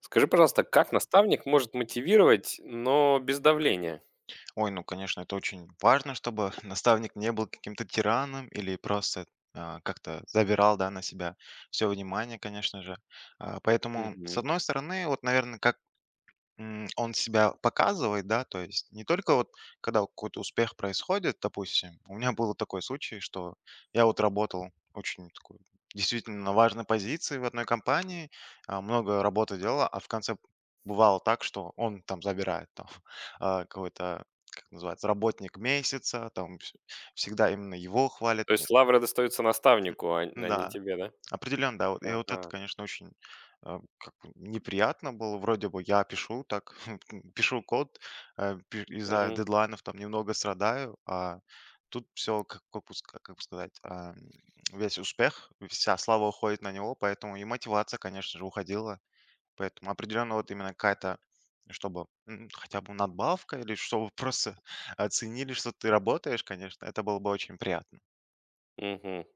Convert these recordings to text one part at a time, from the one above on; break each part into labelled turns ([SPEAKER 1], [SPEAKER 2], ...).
[SPEAKER 1] Скажи, пожалуйста, как наставник может мотивировать, но без давления?
[SPEAKER 2] Ой, ну, конечно, это очень важно, чтобы наставник не был каким-то тираном или просто как-то забирал, да, на себя все внимание, конечно же. Поэтому, с
[SPEAKER 1] Мгм.
[SPEAKER 2] одной стороны, вот, наверное, как он себя показывает, да, то есть не только вот когда вот какой-то успех происходит, допустим. У меня был такой случай, что я вот работал очень такой действительно на важной позиции в одной компании, много работы делал, а в конце бывало так, что он там забирает там какой-то, как называется, работник месяца, всегда именно его хвалят.
[SPEAKER 1] То есть лавры достаются наставнику, а не
[SPEAKER 2] Да,
[SPEAKER 1] тебе, да?
[SPEAKER 2] определенно, да. Вот и вот это,
[SPEAKER 1] Ага.
[SPEAKER 2] конечно, очень, как бы неприятно было. Вроде бы я пишу так, пишу код, э, пи из-за
[SPEAKER 1] Мгм,
[SPEAKER 2] дедлайнов там немного страдаю, а тут все как бы ска как бы сказать, весь успех, вся слава уходит на него, поэтому и мотивация, конечно же, уходила. Поэтому определенно вот именно какая-то, чтобы, хотя бы надбавка или чтобы просто оценили, что ты работаешь, конечно, это было бы очень приятно.
[SPEAKER 1] мгм.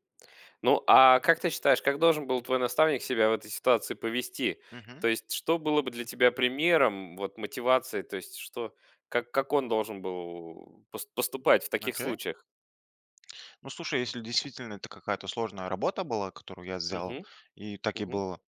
[SPEAKER 1] Ну, а как ты считаешь, как должен был твой наставник себя в этой ситуации повести?
[SPEAKER 2] Мгм.
[SPEAKER 1] То есть что было бы для тебя примером, вот, мотивации? То есть что как он должен был поступать в таких
[SPEAKER 2] Окей.
[SPEAKER 1] случаях?
[SPEAKER 2] Ну, слушай, если действительно это какая-то сложная работа была, которую я сделал,
[SPEAKER 1] Угу.
[SPEAKER 2] и так и
[SPEAKER 1] Угу.
[SPEAKER 2] было,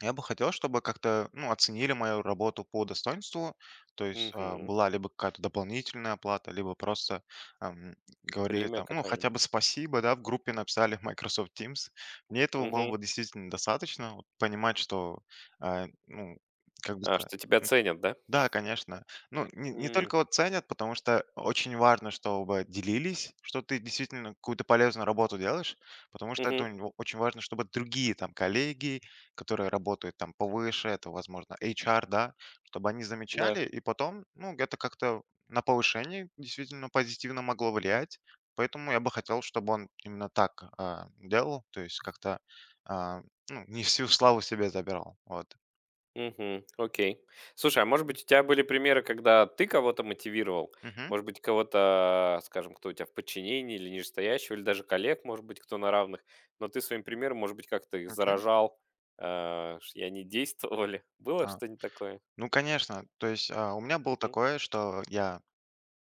[SPEAKER 2] я бы хотел, чтобы как-то, ну, оценили мою работу по достоинству, то есть
[SPEAKER 1] Угу.
[SPEAKER 2] была либо какая-то дополнительная оплата, либо просто ам, говорили
[SPEAKER 1] Премия
[SPEAKER 2] там, ну, хотя бы
[SPEAKER 1] какая-нибудь.
[SPEAKER 2] спасибо, да, в группе написали в Microsoft Teams. Мне этого было
[SPEAKER 1] Угу.
[SPEAKER 2] бы действительно достаточно, вот понимать, что, ну, как бы
[SPEAKER 1] А,
[SPEAKER 2] сказать,
[SPEAKER 1] что тебя ценят, да?
[SPEAKER 2] да, конечно. Ну, не
[SPEAKER 1] Угу.
[SPEAKER 2] только вот ценят, потому что очень важно, чтобы делились, что ты действительно какую-то полезную работу делаешь, потому что это у него очень важно, чтобы другие там коллеги, которые работают там повыше, это, возможно, HR, да, чтобы они
[SPEAKER 1] Да.
[SPEAKER 2] замечали, и потом, ну, это как-то на повышение действительно позитивно могло влиять. Поэтому я бы хотел, чтобы он именно так делал, то есть как-то а, ну, не всю славу себе забирал. Вот.
[SPEAKER 1] Угу. Окей. Слушай, а может быть, у тебя были примеры, когда ты кого-то мотивировал?
[SPEAKER 2] Угу.
[SPEAKER 1] Может быть, кого-то, скажем, кто у тебя в подчинении или нижестоящего, или даже коллег, может быть, кто на равных, но ты своим примером, может быть, как-то их
[SPEAKER 2] Окей.
[SPEAKER 1] заражал, и они действовали. Было
[SPEAKER 2] А.
[SPEAKER 1] что-нибудь такое?
[SPEAKER 2] Ну, конечно. То есть, у меня было
[SPEAKER 1] Угу.
[SPEAKER 2] такое, что я,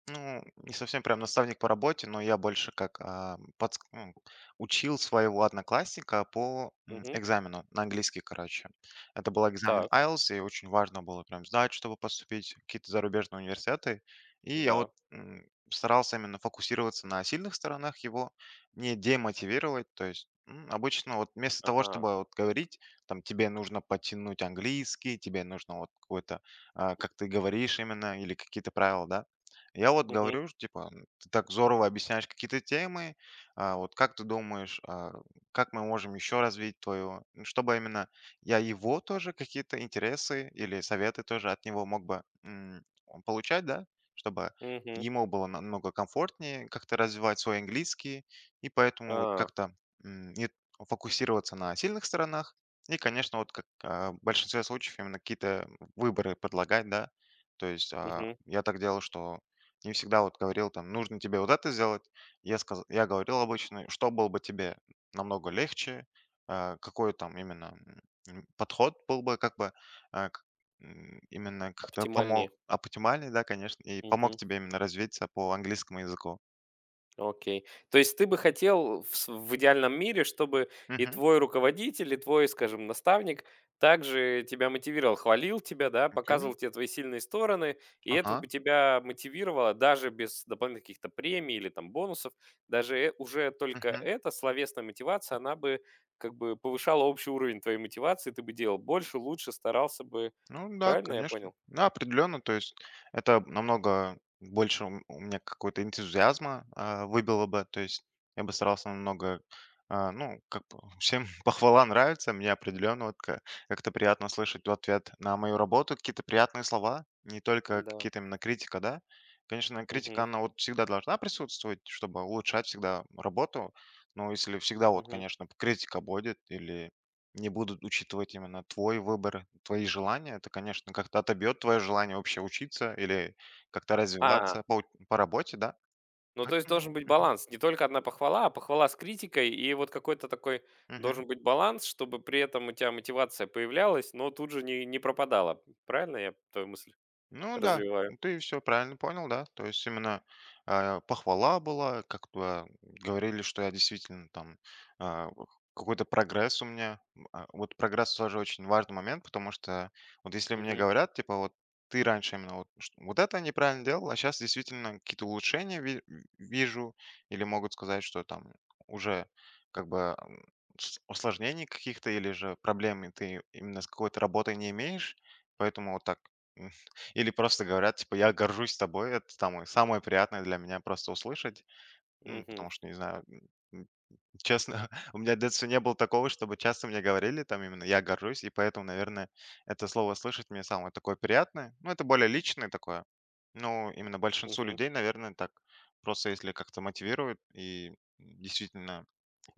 [SPEAKER 2] ну, не совсем прям наставник по работе, но я больше как ну, учил своего одноклассника по
[SPEAKER 1] Мгм.
[SPEAKER 2] экзамену на английский, короче. Это был экзамен
[SPEAKER 1] Так,
[SPEAKER 2] IELTS, и очень важно было прям знать, чтобы поступить в какие-то зарубежные университеты. И я вот
[SPEAKER 1] да.
[SPEAKER 2] старался именно фокусироваться на сильных сторонах его, не демотивировать. То есть обычно вот вместо того,
[SPEAKER 1] Ага.
[SPEAKER 2] чтобы вот говорить, там тебе нужно подтянуть английский, тебе нужно вот какой-то, как ты говоришь именно, или какие-то правила, да, я вот
[SPEAKER 1] Угу.
[SPEAKER 2] говорю, типа, ты так здорово объясняешь какие-то темы, вот как ты думаешь, как мы можем еще развить твою, ну, чтобы именно я его тоже какие-то интересы или советы тоже от него мог бы получать, да, чтобы
[SPEAKER 1] Угу.
[SPEAKER 2] ему было намного комфортнее как-то развивать свой английский, и поэтому вот
[SPEAKER 1] А,
[SPEAKER 2] как-то не фокусироваться на сильных сторонах, и, конечно, вот как в большинстве случаев именно какие-то выборы предлагать, да, то есть
[SPEAKER 1] Угу.
[SPEAKER 2] я так делал, что и всегда вот говорил там: "Нужно тебе вот это сделать". Я говорил обычно, что было бы тебе намного легче, какой там именно, подход был бы, как бы, а, к именно как-то
[SPEAKER 1] Оптимальнее.
[SPEAKER 2] помог оптимальный, да, конечно, и помог
[SPEAKER 1] Мгм.
[SPEAKER 2] тебе именно развиться по английскому языку.
[SPEAKER 1] Окей. То есть ты бы хотел в идеальном мире, чтобы и
[SPEAKER 2] Мгм.
[SPEAKER 1] твой руководитель, и твой, скажем, наставник также тебя мотивировал, хвалил тебя, да,
[SPEAKER 2] Окей.
[SPEAKER 1] показывал тебе твои сильные стороны, и это
[SPEAKER 2] Ага.
[SPEAKER 1] бы тебя мотивировало даже без дополнительных каких-то премий или там бонусов. Даже уже только
[SPEAKER 2] Мгм.
[SPEAKER 1] эта словесная мотивация, она бы как бы повышала общий уровень твоей мотивации, ты бы делал больше, лучше, старался бы.
[SPEAKER 2] Ну да,
[SPEAKER 1] Правильно я
[SPEAKER 2] конечно.
[SPEAKER 1] понял?
[SPEAKER 2] Да, определенно. То есть это намного больше у меня какой-то энтузиазма выбило бы. То есть я бы старался намного, ну, как бы всем похвала нравится. Мне определенно вот как-то приятно слышать в ответ на мою работу какие-то приятные слова, не только
[SPEAKER 1] Да.
[SPEAKER 2] какие-то именно критика, да. Конечно, критика,
[SPEAKER 1] Мгм.
[SPEAKER 2] она вот всегда должна присутствовать, чтобы улучшать всегда работу. Но если всегда вот,
[SPEAKER 1] Мгм.
[SPEAKER 2] конечно, критика будет или не будут учитывать именно твой выбор, твои желания. Это, конечно, как-то отобьет твое желание вообще учиться или как-то
[SPEAKER 1] А.
[SPEAKER 2] развиваться по работе, да?
[SPEAKER 1] Ну, то есть должен
[SPEAKER 2] Поэтому.
[SPEAKER 1] быть
[SPEAKER 2] Мгм,
[SPEAKER 1] баланс. Не только одна похвала, а похвала с критикой. И вот какой-то такой
[SPEAKER 2] мгм.
[SPEAKER 1] должен быть баланс, чтобы при этом у тебя мотивация появлялась, но тут же не пропадала. Правильно я твою мысль
[SPEAKER 2] Ну да,
[SPEAKER 1] развиваю?
[SPEAKER 2] ты все правильно понял, да. То есть именно похвала была, как бы говорили, что я действительно там вот какой-то прогресс у меня. Вот прогресс тоже очень важный момент, потому что вот если мне
[SPEAKER 1] Мгм.
[SPEAKER 2] говорят, типа, вот ты раньше именно вот, вот это неправильно делал, а сейчас действительно какие-то улучшения вижу, или могут сказать, что там уже как бы усложнений каких-то или же проблем и ты именно с какой-то работой не имеешь, поэтому вот так. Или просто говорят, типа, я горжусь тобой, это там самое приятное для меня просто услышать, ну,
[SPEAKER 1] Мгм.
[SPEAKER 2] потому что, не знаю, м, честно, у меня в детстве не было такого, чтобы часто мне говорили там именно «я горжусь», и поэтому, наверное, это слово слышать мне самое такое приятное, ну, это более личное такое, ну, именно большинству
[SPEAKER 1] Мгм.
[SPEAKER 2] людей, наверное, так, просто если как-то мотивирует и действительно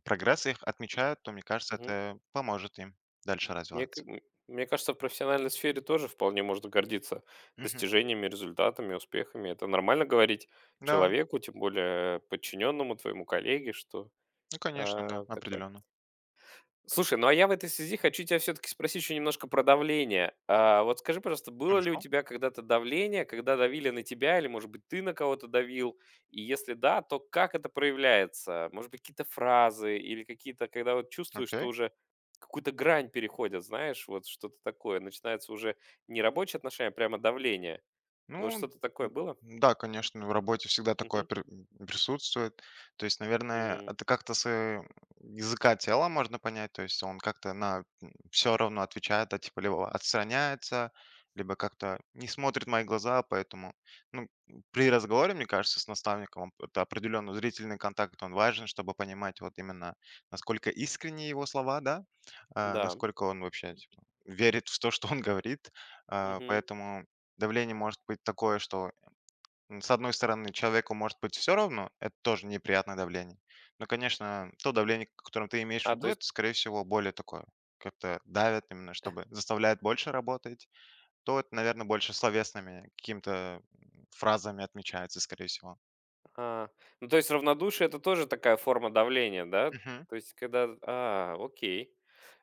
[SPEAKER 2] прогресс их отмечают, то, мне кажется,
[SPEAKER 1] Мгм.
[SPEAKER 2] это поможет им дальше
[SPEAKER 1] Мне, к-
[SPEAKER 2] развиваться.
[SPEAKER 1] м, мне кажется, в профессиональной сфере тоже вполне можно гордиться
[SPEAKER 2] Мгм.
[SPEAKER 1] достижениями, результатами, успехами. Это нормально говорить
[SPEAKER 2] Да,
[SPEAKER 1] человеку, тем более подчиненному твоему коллеге, что
[SPEAKER 2] ну, конечно, да,
[SPEAKER 1] такая.
[SPEAKER 2] определенно.
[SPEAKER 1] Слушай, ну а я в этой связи хочу тебя все-таки спросить еще немножко про давление. А, вот скажи, пожалуйста, было ли у
[SPEAKER 2] Хорошо,
[SPEAKER 1] тебя когда-то давление, когда давили на тебя, или, может быть, ты на кого-то давил? И если да, то как это проявляется? Может быть, какие-то фразы или какие-то, когда вот чувствуешь, что
[SPEAKER 2] окей.
[SPEAKER 1] уже какую-то грань переходят, знаешь, вот что-то такое. Начинается уже не рабочие отношения, а прямо давление. Вот
[SPEAKER 2] Ну,
[SPEAKER 1] что-то такое
[SPEAKER 2] м,
[SPEAKER 1] было?
[SPEAKER 2] да, конечно, в работе всегда такое
[SPEAKER 1] Мгм.
[SPEAKER 2] присутствует. То есть, наверное,
[SPEAKER 1] М,
[SPEAKER 2] это как-то с языка тела можно понять. То есть он как-то на все равно отвечает, а типа либо отстраняется, либо как-то не смотрит в мои глаза, поэтому, ну, при разговоре, мне кажется, с наставником это определенно зрительный контакт, он важен, чтобы понимать вот именно, насколько искренние его слова, да,
[SPEAKER 1] да.
[SPEAKER 2] насколько он вообще, типа, верит в то, что он говорит.
[SPEAKER 1] Мгм.
[SPEAKER 2] Поэтому давление может быть такое, что, с одной стороны, человеку может быть все равно, это тоже неприятное давление. Но, конечно, то давление, к которое ты имеешь в
[SPEAKER 1] А, то
[SPEAKER 2] виду, это, скорее всего, более такое, как-то давят именно, чтобы заставляет больше работать, то это, наверное, больше словесными какими-то, фразами отмечается, скорее всего.
[SPEAKER 1] А, ну, то есть равнодушие — это тоже такая форма давления, да?
[SPEAKER 2] Мгм.
[SPEAKER 1] То есть когда окей.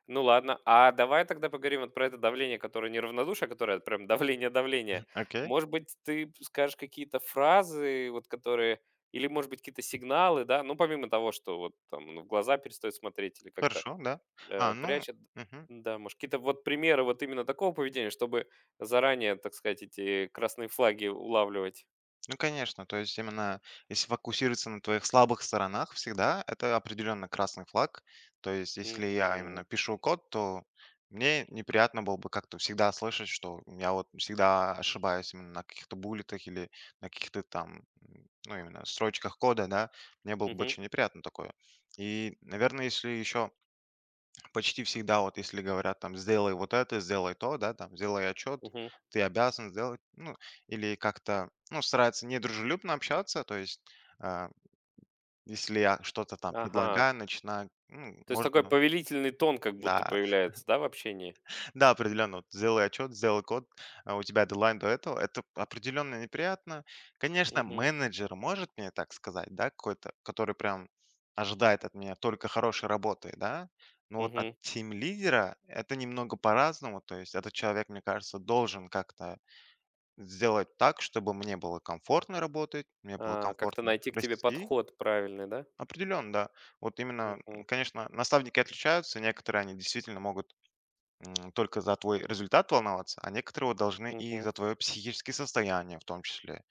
[SPEAKER 1] Ну ладно, а давай тогда поговорим вот про это давление, которое не равнодушие, а которое прям давление-давление.
[SPEAKER 2] Окей,
[SPEAKER 1] Может быть, ты скажешь какие-то фразы, вот которые или, может быть, какие-то сигналы, да? Ну, помимо того, что вот там, ну, в глаза перестают смотреть или как-то,
[SPEAKER 2] хорошо, да. Ну,
[SPEAKER 1] прячет.
[SPEAKER 2] мгм.
[SPEAKER 1] Да, может, какие-то вот примеры вот именно такого поведения, чтобы заранее, так сказать, эти красные флаги улавливать.
[SPEAKER 2] Ну, конечно, то есть именно если фокусироваться на твоих слабых сторонах всегда, это определенно красный флаг. То есть если я
[SPEAKER 1] Мгм.
[SPEAKER 2] именно пишу код, то мне неприятно было бы как-то всегда слышать, что я вот всегда ошибаюсь именно на каких-то буллетах или на каких-то там, ну, именно строчках кода, да, мне было бы очень неприятно такое. И, наверное, если еще. Почти всегда, вот если говорят там: "Сделай вот это, сделай то", да, там: "Сделай отчет, ты обязан сделать". Ну, или как-то, ну, стараются недружелюбно общаться. То есть, а, если я что-то там
[SPEAKER 1] Ага.
[SPEAKER 2] предлагаю, начинаю, ну,
[SPEAKER 1] То есть такой
[SPEAKER 2] можно,
[SPEAKER 1] повелительный тон как будто
[SPEAKER 2] да.
[SPEAKER 1] появляется, да, в общении?
[SPEAKER 2] Да, определенно. Вот сделай отчет, сделай код, а у тебя дедлайн до этого. Это определенно неприятно. Конечно,
[SPEAKER 1] Мгм.
[SPEAKER 2] менеджер может мне так сказать, да, какой-то, который прям ожидает от меня только хорошей работы, да. Но вот от
[SPEAKER 1] Мгм.
[SPEAKER 2] тим-лидера это немного по-разному. То есть этот человек, мне кажется, должен как-то сделать так, чтобы мне было комфортно работать, мне было
[SPEAKER 1] А, как-то
[SPEAKER 2] комфортно
[SPEAKER 1] найти к тебе
[SPEAKER 2] расти.
[SPEAKER 1] подход правильный, да?
[SPEAKER 2] Определенно, да. Вот именно,
[SPEAKER 1] Мгм.
[SPEAKER 2] конечно, наставники отличаются. Некоторые они действительно могут только за твой результат волноваться, а некоторые вот должны и
[SPEAKER 1] Мгм.
[SPEAKER 2] за твое психическое состояние в том числе.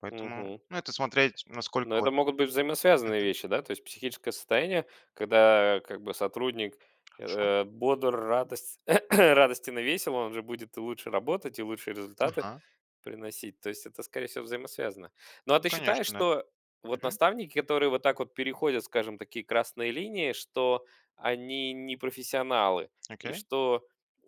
[SPEAKER 2] Поэтому,
[SPEAKER 1] Мгм.
[SPEAKER 2] ну, это смотреть, насколько
[SPEAKER 1] Но
[SPEAKER 2] вот...
[SPEAKER 1] это могут быть взаимосвязанные
[SPEAKER 2] Мгм,
[SPEAKER 1] вещи, да? То есть психическое состояние, когда как бы сотрудник
[SPEAKER 2] хорошо.
[SPEAKER 1] бодр, радость, радостен и весел, он же будет и лучше работать, и лучшие результаты
[SPEAKER 2] Ага.
[SPEAKER 1] приносить. То есть это, скорее всего, взаимосвязано. Ну а
[SPEAKER 2] Ну,
[SPEAKER 1] ты считаешь,
[SPEAKER 2] конечно, да.
[SPEAKER 1] что вот
[SPEAKER 2] Мгм.
[SPEAKER 1] наставники, которые вот так вот переходят, скажем, такие красные линии, что они не профессионалы, и
[SPEAKER 2] Окей,
[SPEAKER 1] что,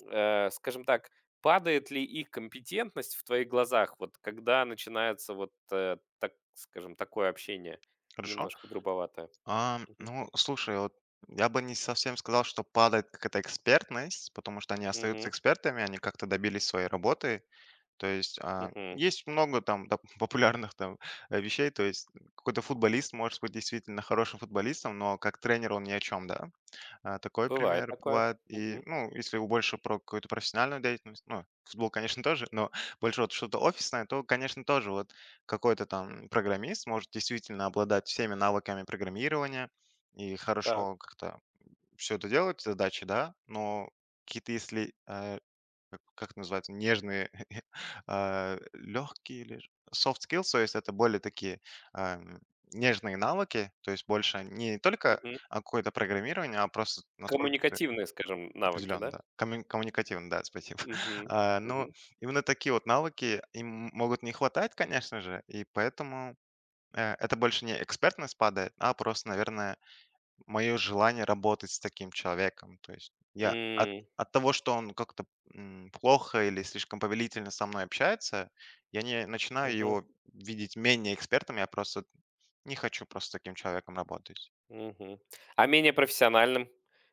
[SPEAKER 1] скажем так, падает ли их компетентность в твоих глазах, вот когда начинается вот, так скажем, такое общение
[SPEAKER 2] хорошо.
[SPEAKER 1] немножко грубоватое? Мгм.
[SPEAKER 2] Ну, слушай, вот я бы не совсем сказал, что падает какая-то экспертность, потому что они остаются
[SPEAKER 1] Мгм.
[SPEAKER 2] экспертами, они как-то добились своей работы. То есть
[SPEAKER 1] Мгм.
[SPEAKER 2] есть много там популярных там вещей. То есть какой-то футболист может быть действительно хорошим футболистом, но как тренер он ни о чем, да. Такой
[SPEAKER 1] Бывает
[SPEAKER 2] пример
[SPEAKER 1] такое.
[SPEAKER 2] бывает. И,
[SPEAKER 1] Мгм.
[SPEAKER 2] ну, если у больше про какую-то профессиональную деятельность, ну, футбол, конечно, тоже, но больше вот что-то офисное, то, конечно, тоже вот какой-то там программист может действительно обладать всеми навыками программирования и
[SPEAKER 1] Так.
[SPEAKER 2] хорошо как-то все это делать, задачи, да, но какие-то, если нежные, легкие или ж soft skills, то есть это более такие, ам, нежные навыки, то есть больше не только,
[SPEAKER 1] Мгм.
[SPEAKER 2] какое-то программирование, а просто насколько ты
[SPEAKER 1] Коммуникативные, скажем, навыки,
[SPEAKER 2] определён,
[SPEAKER 1] да?
[SPEAKER 2] да. Коммю Коммуникативно, да, спасибо.
[SPEAKER 1] Мгм.
[SPEAKER 2] Ну,
[SPEAKER 1] Мгм.
[SPEAKER 2] именно такие вот навыки, им могут не хватать, конечно же, и поэтому, это больше не экспертность падает, а просто, наверное, моё желание работать с таким человеком. То есть я от
[SPEAKER 1] М.
[SPEAKER 2] от того, что он как-то, плохо или слишком повелительно со мной общается, я не начинаю
[SPEAKER 1] Мгм.
[SPEAKER 2] его видеть менее экспертом. Я просто не хочу просто с таким человеком работать.
[SPEAKER 1] Мгм. А менее профессиональным?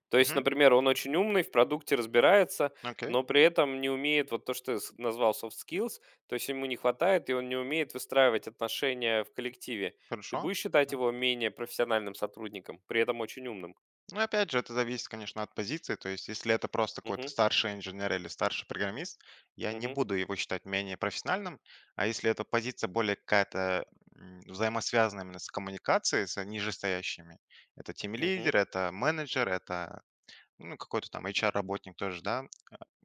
[SPEAKER 1] То есть,
[SPEAKER 2] Мгм.
[SPEAKER 1] например, он очень умный, в продукте разбирается,
[SPEAKER 2] Окей,
[SPEAKER 1] но при этом не умеет, вот то, что ты назвал soft skills, то есть ему не хватает, и он не умеет выстраивать отношения в коллективе. Ты
[SPEAKER 2] хорошо.
[SPEAKER 1] будешь считать его менее профессиональным сотрудником, при этом очень умным?
[SPEAKER 2] Ну, опять же, это зависит, конечно, от позиции. То есть, если это просто какой-то
[SPEAKER 1] Угу,
[SPEAKER 2] старший инженер или старший программист, я не
[SPEAKER 1] угу.
[SPEAKER 2] буду его считать менее профессиональным. А если эта позиция более какая-то взаимосвязана именно с коммуникацией, с нижестоящими, это
[SPEAKER 1] Мгм.
[SPEAKER 2] тим-лидер, это менеджер, это, ну, какой-то там HR-работник тоже, да.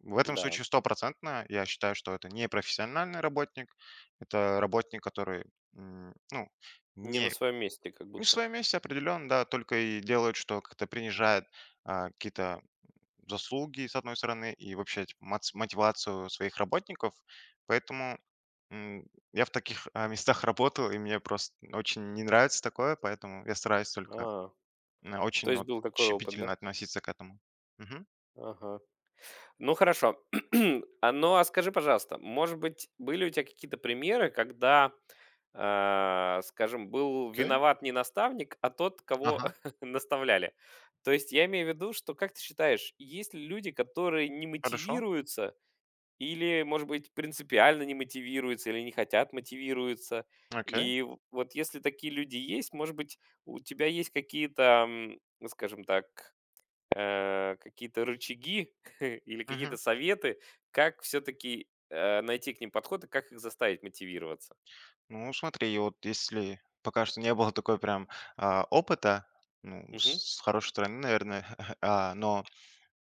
[SPEAKER 2] В этом
[SPEAKER 1] Да.
[SPEAKER 2] случае стопроцентно я считаю, что это не профессиональный работник, это работник, который ну,
[SPEAKER 1] Не на
[SPEAKER 2] не
[SPEAKER 1] своем месте, как
[SPEAKER 2] не в
[SPEAKER 1] будто.
[SPEAKER 2] своем месте определенно, да, только и делают, что как-то принижает какие-то заслуги, с одной стороны, и вообще, типа, мотивацию своих работников. Поэтому м, я в таких местах работал, и мне просто очень не нравится такое, поэтому я стараюсь только
[SPEAKER 1] А, то
[SPEAKER 2] очень
[SPEAKER 1] есть
[SPEAKER 2] вот,
[SPEAKER 1] был такой опыт, да?
[SPEAKER 2] щепетильно относиться к этому. Мгм.
[SPEAKER 1] Ага. Ну хорошо. А, ну а скажи, пожалуйста, может быть, были у тебя какие-то примеры, когда скажем, был
[SPEAKER 2] Окей?
[SPEAKER 1] виноват не наставник, а тот, кого
[SPEAKER 2] Ага,
[SPEAKER 1] наставляли. То есть я имею в виду, что, как ты считаешь, есть ли люди, которые не
[SPEAKER 2] хорошо.
[SPEAKER 1] мотивируются или, может быть, принципиально не мотивируются или не хотят мотивируются?
[SPEAKER 2] Окей.
[SPEAKER 1] Вот если такие люди есть, может быть, у тебя есть какие-то, ну, скажем так, какие-то рычаги или какие-то
[SPEAKER 2] Мгм.
[SPEAKER 1] советы, как все-таки найти к ним подход и как их заставить мотивироваться?
[SPEAKER 2] Ну,
[SPEAKER 1] Вот.
[SPEAKER 2] смотри, вот если пока что не было такой прям опыта, ну,
[SPEAKER 1] Мгм.
[SPEAKER 2] с хорошей стороны, наверное, но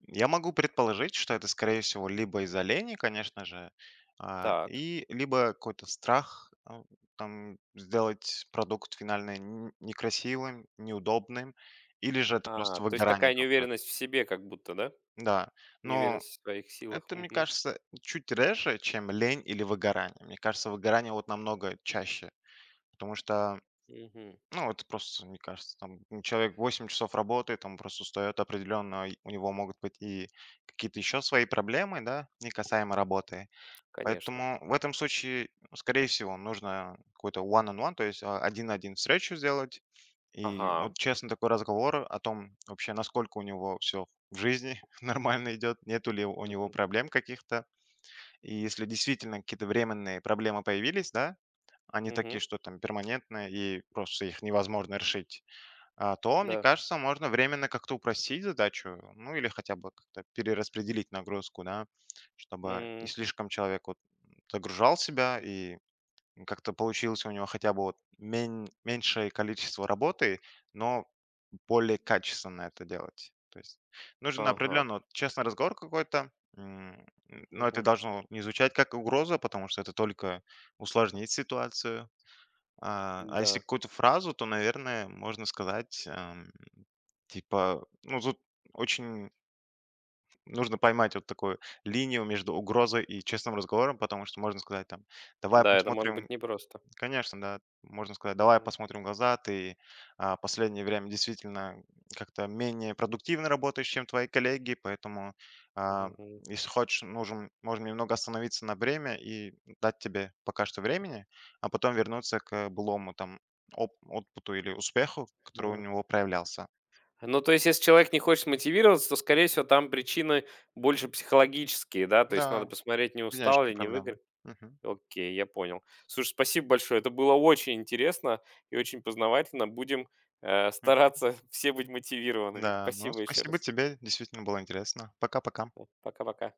[SPEAKER 2] я могу предположить, что это, скорее всего, либо из оленей, конечно же,
[SPEAKER 1] Так.
[SPEAKER 2] и либо какой-то страх там сделать продукт финальный некрасивым, неудобным, или же это
[SPEAKER 1] А,
[SPEAKER 2] просто
[SPEAKER 1] то есть
[SPEAKER 2] выгорание
[SPEAKER 1] такая
[SPEAKER 2] какое-то.
[SPEAKER 1] неуверенность в себе как будто, да?
[SPEAKER 2] Да, но
[SPEAKER 1] Неуверенность в своих силах.
[SPEAKER 2] это, мне
[SPEAKER 1] Мгм.
[SPEAKER 2] кажется, чуть реже, чем лень или выгорание. Мне кажется, выгорание вот намного чаще, потому что,
[SPEAKER 1] Мгм.
[SPEAKER 2] ну, это просто, мне кажется, там человек 8 часов работает, он просто устает определенно, и у него могут быть и какие-то еще свои проблемы, да, не касаемо работы.
[SPEAKER 1] Конечно.
[SPEAKER 2] Поэтому в этом случае, ну, скорее всего, нужно какой-то one-on-one, то есть один на один встречу сделать. И вот
[SPEAKER 1] Ага.
[SPEAKER 2] честно такой разговор о том вообще, насколько у него все в жизни нормально идет, нету ли у него
[SPEAKER 1] Мгм.
[SPEAKER 2] проблем каких-то. И если действительно какие-то временные проблемы появились, да, они такие,
[SPEAKER 1] Мгм.
[SPEAKER 2] что там перманентные, и просто их невозможно решить, то, мне
[SPEAKER 1] Да.
[SPEAKER 2] кажется, можно временно как-то упростить задачу, ну или хотя бы как-то перераспределить нагрузку, да, чтобы не
[SPEAKER 1] М.
[SPEAKER 2] слишком человек вот загружал себя и как-то получилось у него хотя бы вот меньшее количество работы, но более качественно это делать. То есть нужен
[SPEAKER 1] Ага.
[SPEAKER 2] определенно вот, честный разговор какой-то, но это
[SPEAKER 1] Мгм.
[SPEAKER 2] должно не звучать как угроза, потому что это только усложнит ситуацию, а если
[SPEAKER 1] Да.
[SPEAKER 2] какую-то фразу, то, наверное, можно сказать, типа, ну, тут очень нужно поймать вот такую линию между угрозой и честным разговором, потому что можно сказать там, давай
[SPEAKER 1] Да, это может
[SPEAKER 2] посмотрим.
[SPEAKER 1] быть непросто.
[SPEAKER 2] Конечно, да. Можно сказать: "Давай
[SPEAKER 1] Мгм.
[SPEAKER 2] посмотрим в глаза". Ты, последнее время действительно как-то менее продуктивно работаешь, чем твои коллеги, поэтому, а,
[SPEAKER 1] Мгм.
[SPEAKER 2] если хочешь, нужен, можем немного остановиться на время и дать тебе пока что времени, а потом вернуться к былому там оп output или успеху, который у
[SPEAKER 1] М.
[SPEAKER 2] него проявлялся.
[SPEAKER 1] Ну, то есть, если человек не хочет мотивироваться, то, скорее всего, там причины больше психологические, да? То есть надо
[SPEAKER 2] Да,
[SPEAKER 1] посмотреть, не
[SPEAKER 2] конечно,
[SPEAKER 1] устал ли,
[SPEAKER 2] не
[SPEAKER 1] не
[SPEAKER 2] проблема.
[SPEAKER 1] выгорел.
[SPEAKER 2] Мгм.
[SPEAKER 1] Окей, я понял. Слушай, спасибо большое. Это было очень интересно и очень познавательно. Будем
[SPEAKER 2] М.
[SPEAKER 1] стараться все быть мотивированными.
[SPEAKER 2] Да, ну,
[SPEAKER 1] Спасибо еще
[SPEAKER 2] спасибо
[SPEAKER 1] раз.
[SPEAKER 2] тебе, действительно было интересно. Пока-пока.
[SPEAKER 1] Вот, пока-пока.